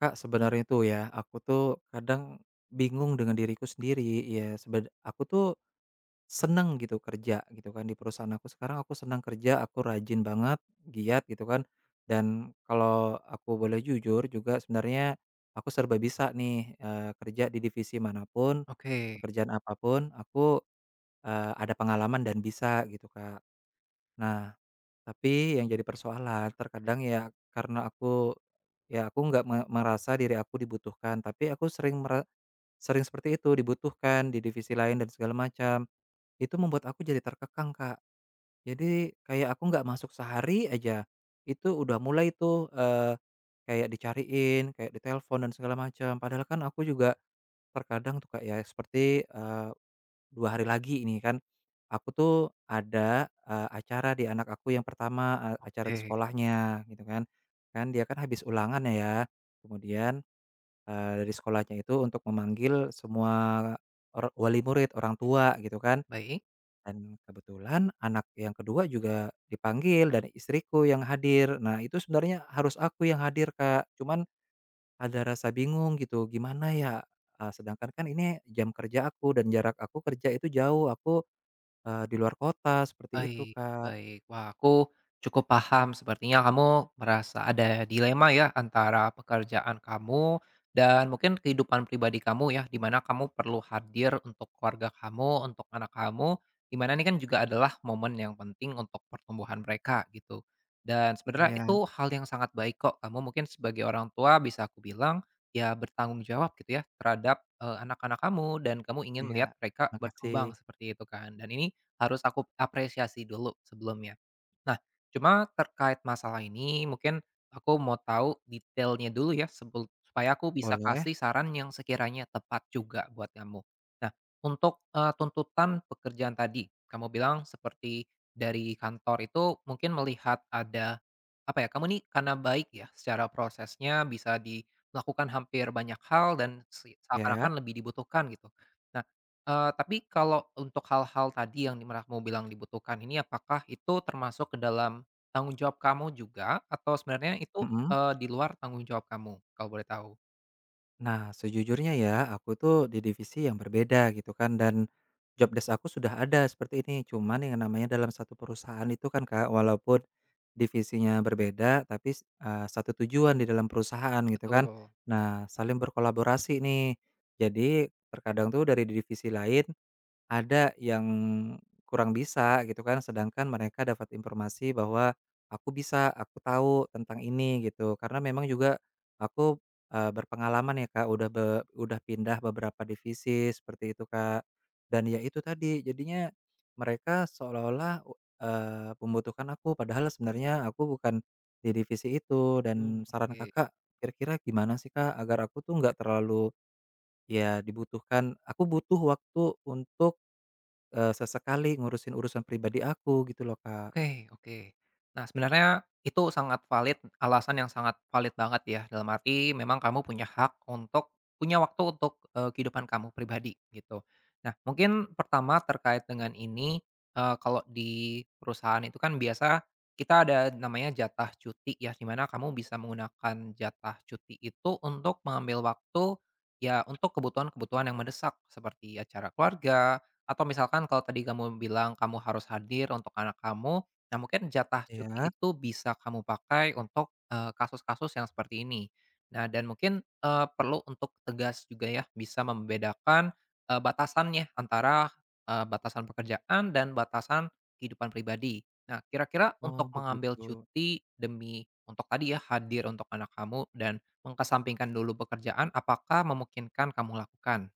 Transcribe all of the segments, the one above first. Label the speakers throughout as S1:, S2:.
S1: Kak, sebenarnya tuh ya, aku tuh kadang bingung dengan diriku sendiri. Ya, aku tuh seneng gitu kerja gitu kan di perusahaan aku sekarang, aku senang kerja, aku rajin banget, giat gitu kan. Dan kalau aku boleh jujur juga, sebenarnya aku serba bisa nih, kerja di divisi manapun,
S2: Oke,
S1: pekerjaan apapun. Aku, ada pengalaman dan bisa gitu, Kak. Nah, tapi yang jadi persoalan terkadang, ya karena aku nggak merasa diri aku dibutuhkan, tapi aku sering seperti itu dibutuhkan di divisi lain dan segala macam. Itu membuat aku jadi terkekang, Kak. Jadi kayak aku nggak masuk sehari aja, itu udah mulai tuh, kayak dicariin, kayak ditelepon dan segala macam. Padahal kan aku juga terkadang tuh, Kak, ya seperti, 2 hari lagi ini kan, aku tuh ada, acara di anak aku yang pertama, acara di
S2: oke,
S1: sekolahnya gitu kan. Kan dia kan habis ulangan ya, kemudian, dari sekolahnya itu untuk memanggil semua wali murid, orang tua gitu kan.
S2: baik.
S1: Dan kebetulan anak yang kedua juga dipanggil dan istriku yang hadir. Nah itu sebenarnya harus aku yang hadir, Kak, cuman ada rasa bingung gitu, gimana ya, sedangkan kan ini jam kerja aku dan jarak aku kerja itu jauh, aku di luar kota seperti itu,
S2: Baik
S1: Kak.
S2: baik. Wah, aku cukup paham sepertinya kamu merasa ada dilema ya antara pekerjaan kamu dan mungkin kehidupan pribadi kamu ya, di mana kamu perlu hadir untuk keluarga kamu, untuk anak kamu, di mana ini kan juga adalah momen yang penting untuk pertumbuhan mereka gitu. Dan sebenarnya
S1: Iya,
S2: itu hal yang sangat baik kok. Kamu mungkin sebagai orang tua bisa aku bilang ya bertanggung jawab gitu ya terhadap, anak-anak kamu dan kamu ingin
S1: iya,
S2: melihat mereka
S1: makasih.
S2: berkembang seperti itu kan. Dan ini harus aku apresiasi dulu sebelumnya. Nah, cuma terkait masalah ini mungkin aku mau tahu detailnya dulu ya sebel supaya aku bisa
S1: Boleh,
S2: kasih saran yang sekiranya tepat juga buat kamu. Nah, untuk, tuntutan pekerjaan tadi, kamu bilang seperti dari kantor itu mungkin melihat ada, apa ya, kamu nih karena baik ya secara prosesnya bisa di melakukan hampir banyak hal dan se
S1: ya.
S2: seakan-akan lebih dibutuhkan gitu. Nah, tapi kalau untuk hal-hal tadi yang di kamu bilang dibutuhkan ini, apakah itu termasuk ke dalam tanggung jawab kamu juga atau sebenarnya itu,
S1: Mhm.
S2: di luar tanggung jawab kamu? Kalau boleh tahu.
S1: Nah, sejujurnya ya, aku tuh di divisi yang berbeda gitu kan, dan job desk aku sudah ada seperti ini, cuman yang namanya dalam satu perusahaan itu kan, Kak, walaupun divisinya berbeda, tapi satu tujuan di dalam perusahaan gitu kan.
S2: Betul.
S1: Nah, saling berkolaborasi nih. Jadi terkadang tuh dari divisi lain ada yang kurang bisa gitu kan, sedangkan mereka dapat informasi bahwa aku bisa, aku tahu tentang ini gitu. Karena memang juga aku, berpengalaman ya Kak, udah pindah beberapa divisi seperti itu, Kak. Dan ya itu tadi, jadinya mereka seolah-olah, membutuhkan aku, padahal sebenarnya aku bukan di divisi itu. Dan
S2: Mmm,
S1: saran
S2: oke.
S1: Kakak kira-kira gimana sih Kak, agar aku tuh nggak terlalu ya dibutuhkan, aku butuh waktu untuk, sesekali ngurusin urusan pribadi aku gitu loh, Kak.
S2: Oke oke. Nah, sebenarnya itu sangat valid, alasan yang sangat valid banget ya, dalam arti memang kamu punya hak untuk punya waktu untuk, kehidupan kamu pribadi, gitu. Nah, mungkin pertama terkait dengan ini, kalau di perusahaan itu kan biasa kita ada namanya jatah cuti ya, di mana kamu bisa menggunakan jatah cuti itu untuk mengambil waktu, ya untuk kebutuhan-kebutuhan yang mendesak, seperti acara keluarga, atau misalkan kalau tadi kamu bilang kamu harus hadir untuk anak kamu, nah mungkin jatah cuti
S1: Iya.
S2: itu bisa kamu pakai untuk, kasus-kasus yang seperti ini. Nah dan mungkin, perlu untuk tegas juga ya, bisa membedakan, batasannya antara, batasan pekerjaan dan batasan kehidupan pribadi. Nah kira-kira
S1: Oh
S2: untuk mengambil
S1: begitu.
S2: cuti demi untuk tadi ya, hadir untuk anak kamu dan mengesampingkan dulu pekerjaan, apakah memungkinkan kamu lakukan?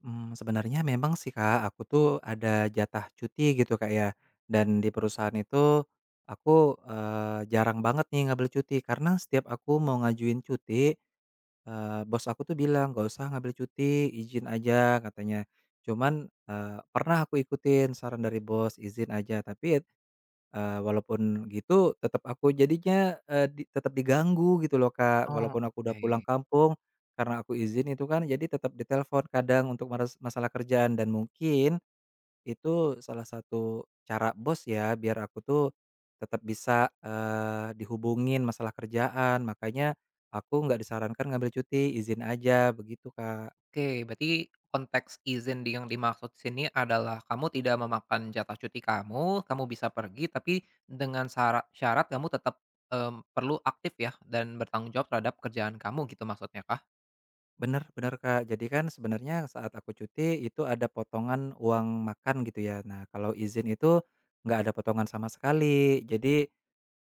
S1: Sebenarnya memang sih, Kak, aku tuh ada jatah cuti gitu, Kak, ya. Dan di perusahaan itu aku, jarang banget nih ngambil cuti, karena setiap aku mau ngajuin cuti, bos aku tuh bilang, "Nggak usah ngambil cuti, izin aja," katanya. Cuman, pernah aku ikutin saran dari bos, izin aja, tapi ya walaupun gitu tetap aku jadinya, tetep diganggu gitu loh, Kak,
S2: Oh,
S1: walaupun aku udah
S2: oke.
S1: pulang kampung, karena aku izin itu kan jadi tetep ditelepon kadang untuk masalah kerjaan, dan mungkin itu salah satu cara bos ya biar aku tuh tetap bisa, dihubungin masalah kerjaan, makanya aku nggak disarankan ngambil cuti, izin aja begitu, Kak.
S2: Oke, berarti konteks izin di yang dimaksud sini adalah kamu tidak memakan jatah cuti kamu, kamu bisa pergi tapi dengan syarat syarat kamu tetap, mmm, perlu aktif ya dan bertanggung jawab terhadap kerjaan kamu gitu maksudnya kah?
S1: Bener, bener, Kak. Jadi kan sebenarnya saat aku cuti itu ada potongan uang makan gitu ya. Nah, kalau izin itu nggak ada potongan sama sekali. Jadi,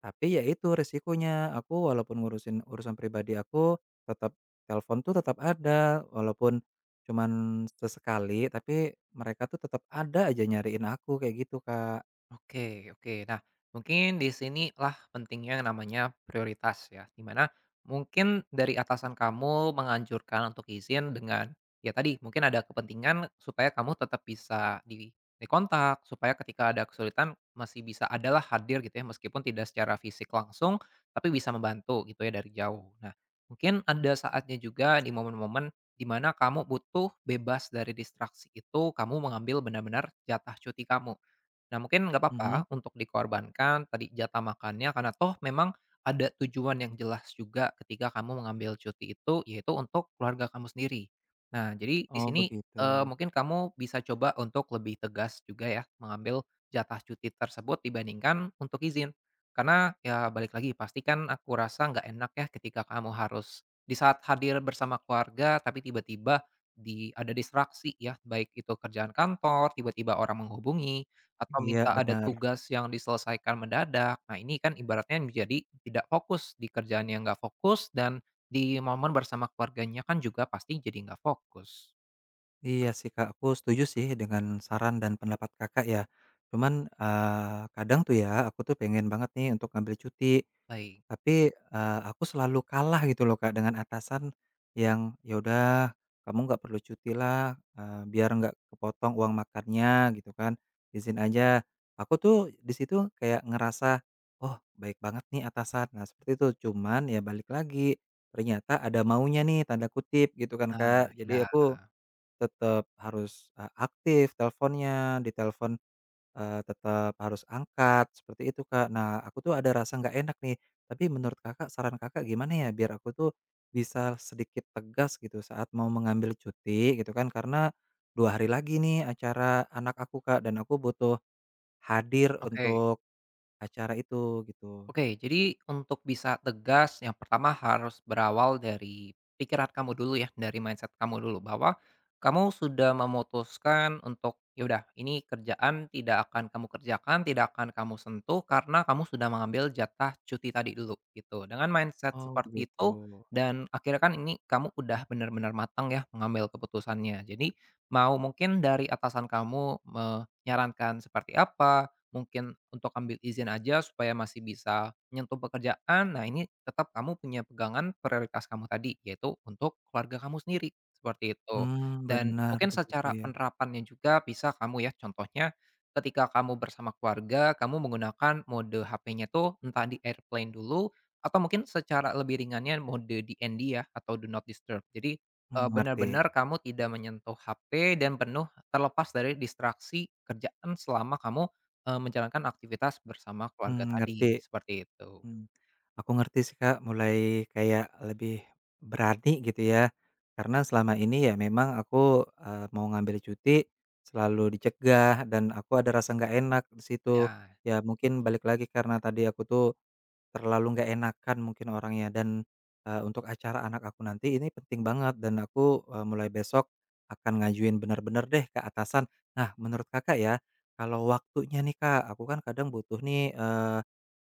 S1: tapi ya itu resikonya, aku walaupun ngurusin urusan pribadi aku, tetap telepon tuh tetap ada, walaupun cuman sesekali, tapi mereka tuh tetap ada aja nyariin aku kayak gitu, Kak.
S2: Oke oke. Nah, mungkin di sinilah pentingnya yang namanya prioritas ya, di mana mungkin dari atasan kamu menganjurkan untuk izin dengan ya tadi, mungkin ada kepentingan supaya kamu tetap bisa di dikontak, supaya ketika ada kesulitan masih bisa adalah hadir gitu ya, meskipun tidak secara fisik langsung, tapi bisa membantu gitu ya dari jauh. Nah, mungkin ada saatnya juga di momen-momen di mana kamu butuh bebas dari distraksi itu, kamu mengambil benar-benar jatah cuti kamu. Nah, mungkin nggak
S1: Mhm.
S2: apa-apa untuk dikorbankan tadi jatah makannya karena toh memang ada tujuan yang jelas juga ketika kamu mengambil cuti itu, yaitu untuk keluarga kamu sendiri. Nah, jadi di
S1: Oh
S2: sini,
S1: begitu.
S2: mungkin kamu bisa coba untuk lebih tegas juga ya mengambil jatah cuti tersebut dibandingkan untuk izin. Karena ya balik lagi pasti kan aku rasa nggak enak ya ketika kamu harus di saat hadir bersama keluarga tapi tiba-tiba di ada distraksi ya, baik itu kerjaan kantor, tiba-tiba orang menghubungi atau
S1: Iya,
S2: minta ada
S1: benar.
S2: tugas yang diselesaikan mendadak. Nah, ini kan ibaratnya menjadi tidak fokus, di kerjaannya nggak fokus dan di momen bersama keluarganya kan juga pasti jadi nggak fokus.
S1: Iya sih, Kak, aku setuju sih dengan saran dan pendapat Kakak ya. Cuman, kadang tuh ya aku tuh pengen banget nih untuk ngambil cuti,
S2: Baik.
S1: tapi, aku selalu kalah gitu loh, Kak, dengan atasan yang, "Ya udah, kamu nggak perlu cuti lah, biar nggak kepotong uang makannya," gitu kan, "izin aja." Aku tuh di situ kayak ngerasa, "Oh, baik banget nih atasan." Nah seperti itu, cuman ya balik lagi, ternyata ada maunya nih tanda kutip gitu kan,
S2: Nah,
S1: Kak.
S2: ya,
S1: Jadi aku tetap harus, aktif teleponnya, ditelepon, tetap harus angkat, seperti itu, Kak. Nah, aku tuh ada rasa nggak enak nih, tapi menurut Kakak, saran Kakak gimana ya biar aku tuh bisa sedikit tegas gitu saat mau mengambil cuti gitu kan, karena 2 hari lagi nih acara anak aku, Kak, dan aku butuh hadir
S2: Oke.
S1: untuk acara itu gitu.
S2: Oke, jadi untuk bisa tegas, yang pertama harus berawal dari pikiran kamu dulu ya, dari mindset kamu dulu bahwa kamu sudah memutuskan untuk yaudah ini kerjaan tidak akan kamu kerjakan, tidak akan kamu sentuh karena kamu sudah mengambil jatah cuti tadi dulu gitu. Dengan mindset
S1: Oh,
S2: seperti
S1: begitu.
S2: itu dan akhirnya kan ini kamu udah benar-benar matang ya mengambil keputusannya. Jadi mau mungkin dari atasan kamu menyarankan seperti apa mungkin untuk ambil izin aja supaya masih bisa menyentuh pekerjaan. Nah, ini tetap kamu punya pegangan prioritas kamu tadi, yaitu untuk keluarga kamu sendiri, seperti itu. Dan
S1: Benar
S2: mungkin
S1: begitu
S2: secara
S1: ya.
S2: penerapannya juga bisa kamu ya, contohnya ketika kamu bersama keluarga, kamu menggunakan mode HP-nya tuh entah di airplane dulu, atau mungkin secara lebih ringannya mode DND ya, atau do not disturb. Jadi,
S1: Mmm, ngerti.
S2: benar-benar kamu tidak menyentuh HP dan penuh terlepas dari distraksi kerjaan selama kamu menjalankan aktivitas bersama keluarga
S1: Mmm,
S2: tadi,
S1: ngerti.
S2: seperti itu.
S1: Mmm, aku ngerti sih, Kak, mulai kayak lebih berani gitu ya, karena selama ini ya memang aku, mau ngambil cuti selalu dicegah dan aku ada rasa nggak enak di situ.
S2: Ya,
S1: Ya mungkin balik lagi karena tadi aku tuh terlalu nggak enakan mungkin orangnya, dan, untuk acara anak aku nanti ini penting banget, dan aku, mulai besok akan ngajuin benar-benar deh ke atasan. Nah menurut Kakak ya, kalau waktunya nih, Kak, aku kan kadang butuh nih,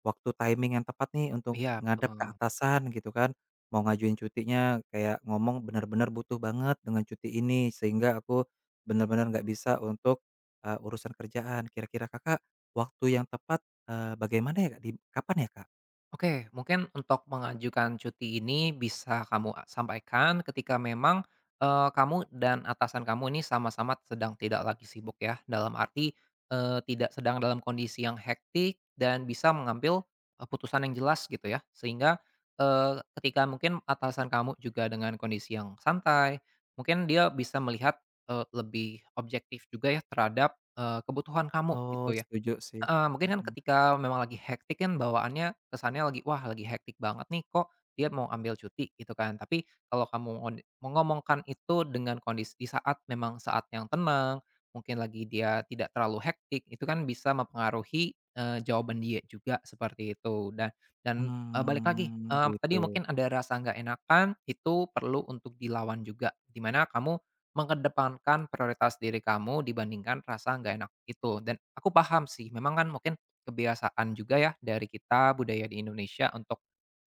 S1: waktu timing yang tepat nih untuk
S2: iya
S1: ngadep ke
S2: betul.
S1: atasan gitu kan, mau ngajuin cutinya, kayak ngomong benar-benar butuh banget dengan cuti ini sehingga aku benar-benar nggak bisa untuk, urusan kerjaan. Kira-kira Kakak waktu yang tepat, bagaimana ya Kak? Di kapan ya Kak?
S2: Oke, mungkin untuk mengajukan cuti ini bisa kamu a- sampaikan ketika memang kamu dan atasan kamu ini sama-sama sedang tidak lagi sibuk ya, dalam arti tidak sedang dalam kondisi yang hektik dan bisa mengambil putusan yang jelas gitu ya, sehingga ketika mungkin atasan kamu juga dengan kondisi yang santai, mungkin dia bisa melihat lebih objektif juga ya terhadap kebutuhan kamu
S1: Oh
S2: gitu ya.
S1: setuju sih.
S2: Heeh, mungkin kan
S1: Mhm.
S2: ketika memang lagi hektik kan bawaannya kesannya lagi, "Wah, lagi hektik banget nih, kok dia mau ambil cuti?" Gitu kan. Tapi kalau kamu ngon mengomongkan itu dengan kondisi di saat memang saat yang tenang, mungkin lagi dia tidak terlalu hektik, itu kan bisa mempengaruhi, jawaban dia juga seperti itu. Dan dan, balik lagi, mmm, tadi
S1: Gitu.
S2: mungkin ada rasa nggak enakan, itu perlu untuk dilawan juga, dimana kamu mengedepankan prioritas diri kamu dibandingkan rasa nggak enak itu, dan aku paham sih memang kan mungkin kebiasaan juga ya dari kita budaya di Indonesia untuk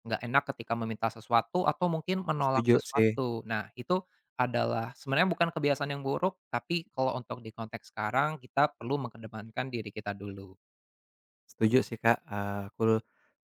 S2: nggak enak ketika meminta sesuatu atau mungkin menolak
S1: Setuju sih
S2: sesuatu. Nah itu adalah sebenarnya bukan kebiasaan yang buruk, tapi kalau untuk di konteks sekarang kita perlu mengedepankan diri kita dulu.
S1: setuju sih, Kak, aku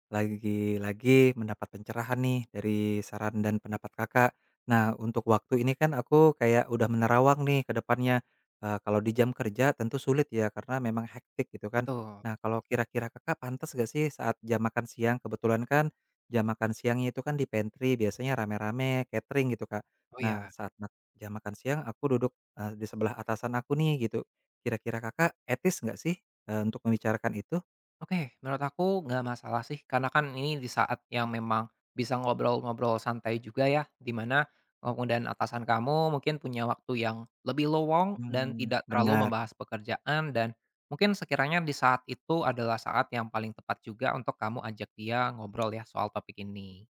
S1: lagi-lagi mendapat pencerahan nih dari saran dan pendapat Kakak. Nah, untuk waktu ini kan aku kayak udah menerawang nih ke depannya. Kalau di jam kerja tentu sulit ya karena memang hektik gitu kan.
S2: Betul,
S1: Nah, kalau kira-kira Kakak pantas gak sih saat jam makan siang? Kebetulan kan jam makan siangnya itu kan di pantry biasanya rame-rame catering gitu, Kak.
S2: oh
S1: Nah,
S2: ya.
S1: saat jam makan siang aku duduk, di sebelah atasan aku nih gitu. Kira-kira Kakak etis nggak sih, untuk membicarakan itu?
S2: Oke, menurut aku nggak masalah sih, karena kan ini di saat yang memang bisa ngobrol-ngobrol santai juga ya, di mana kamu dan atasan kamu mungkin punya waktu yang lebih lowong dan
S1: Mmm.
S2: tidak terlalu
S1: Benar.
S2: membahas pekerjaan dan mungkin sekiranya di saat itu adalah saat yang paling tepat juga untuk kamu ajak dia ngobrol ya soal topik ini.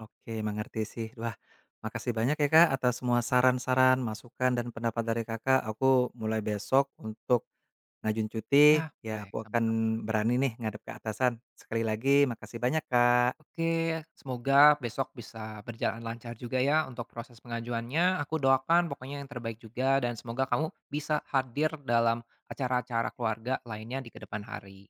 S1: Oke, mengerti sih. Wah, makasih banyak ya Kak atas semua saran-saran, masukan, dan pendapat dari Kakak. Aku mulai besok untuk ngajuin cuti,
S2: Ya,
S1: ya
S2: boleh,
S1: aku akan
S2: sama-sama.
S1: berani nih ngadep ke atasan. Sekali lagi, makasih banyak Kak.
S2: Oke, semoga besok bisa berjalan lancar juga ya untuk proses pengajuannya. Aku doakan pokoknya yang terbaik juga dan semoga kamu bisa hadir dalam acara-acara keluarga lainnya di kedepan hari.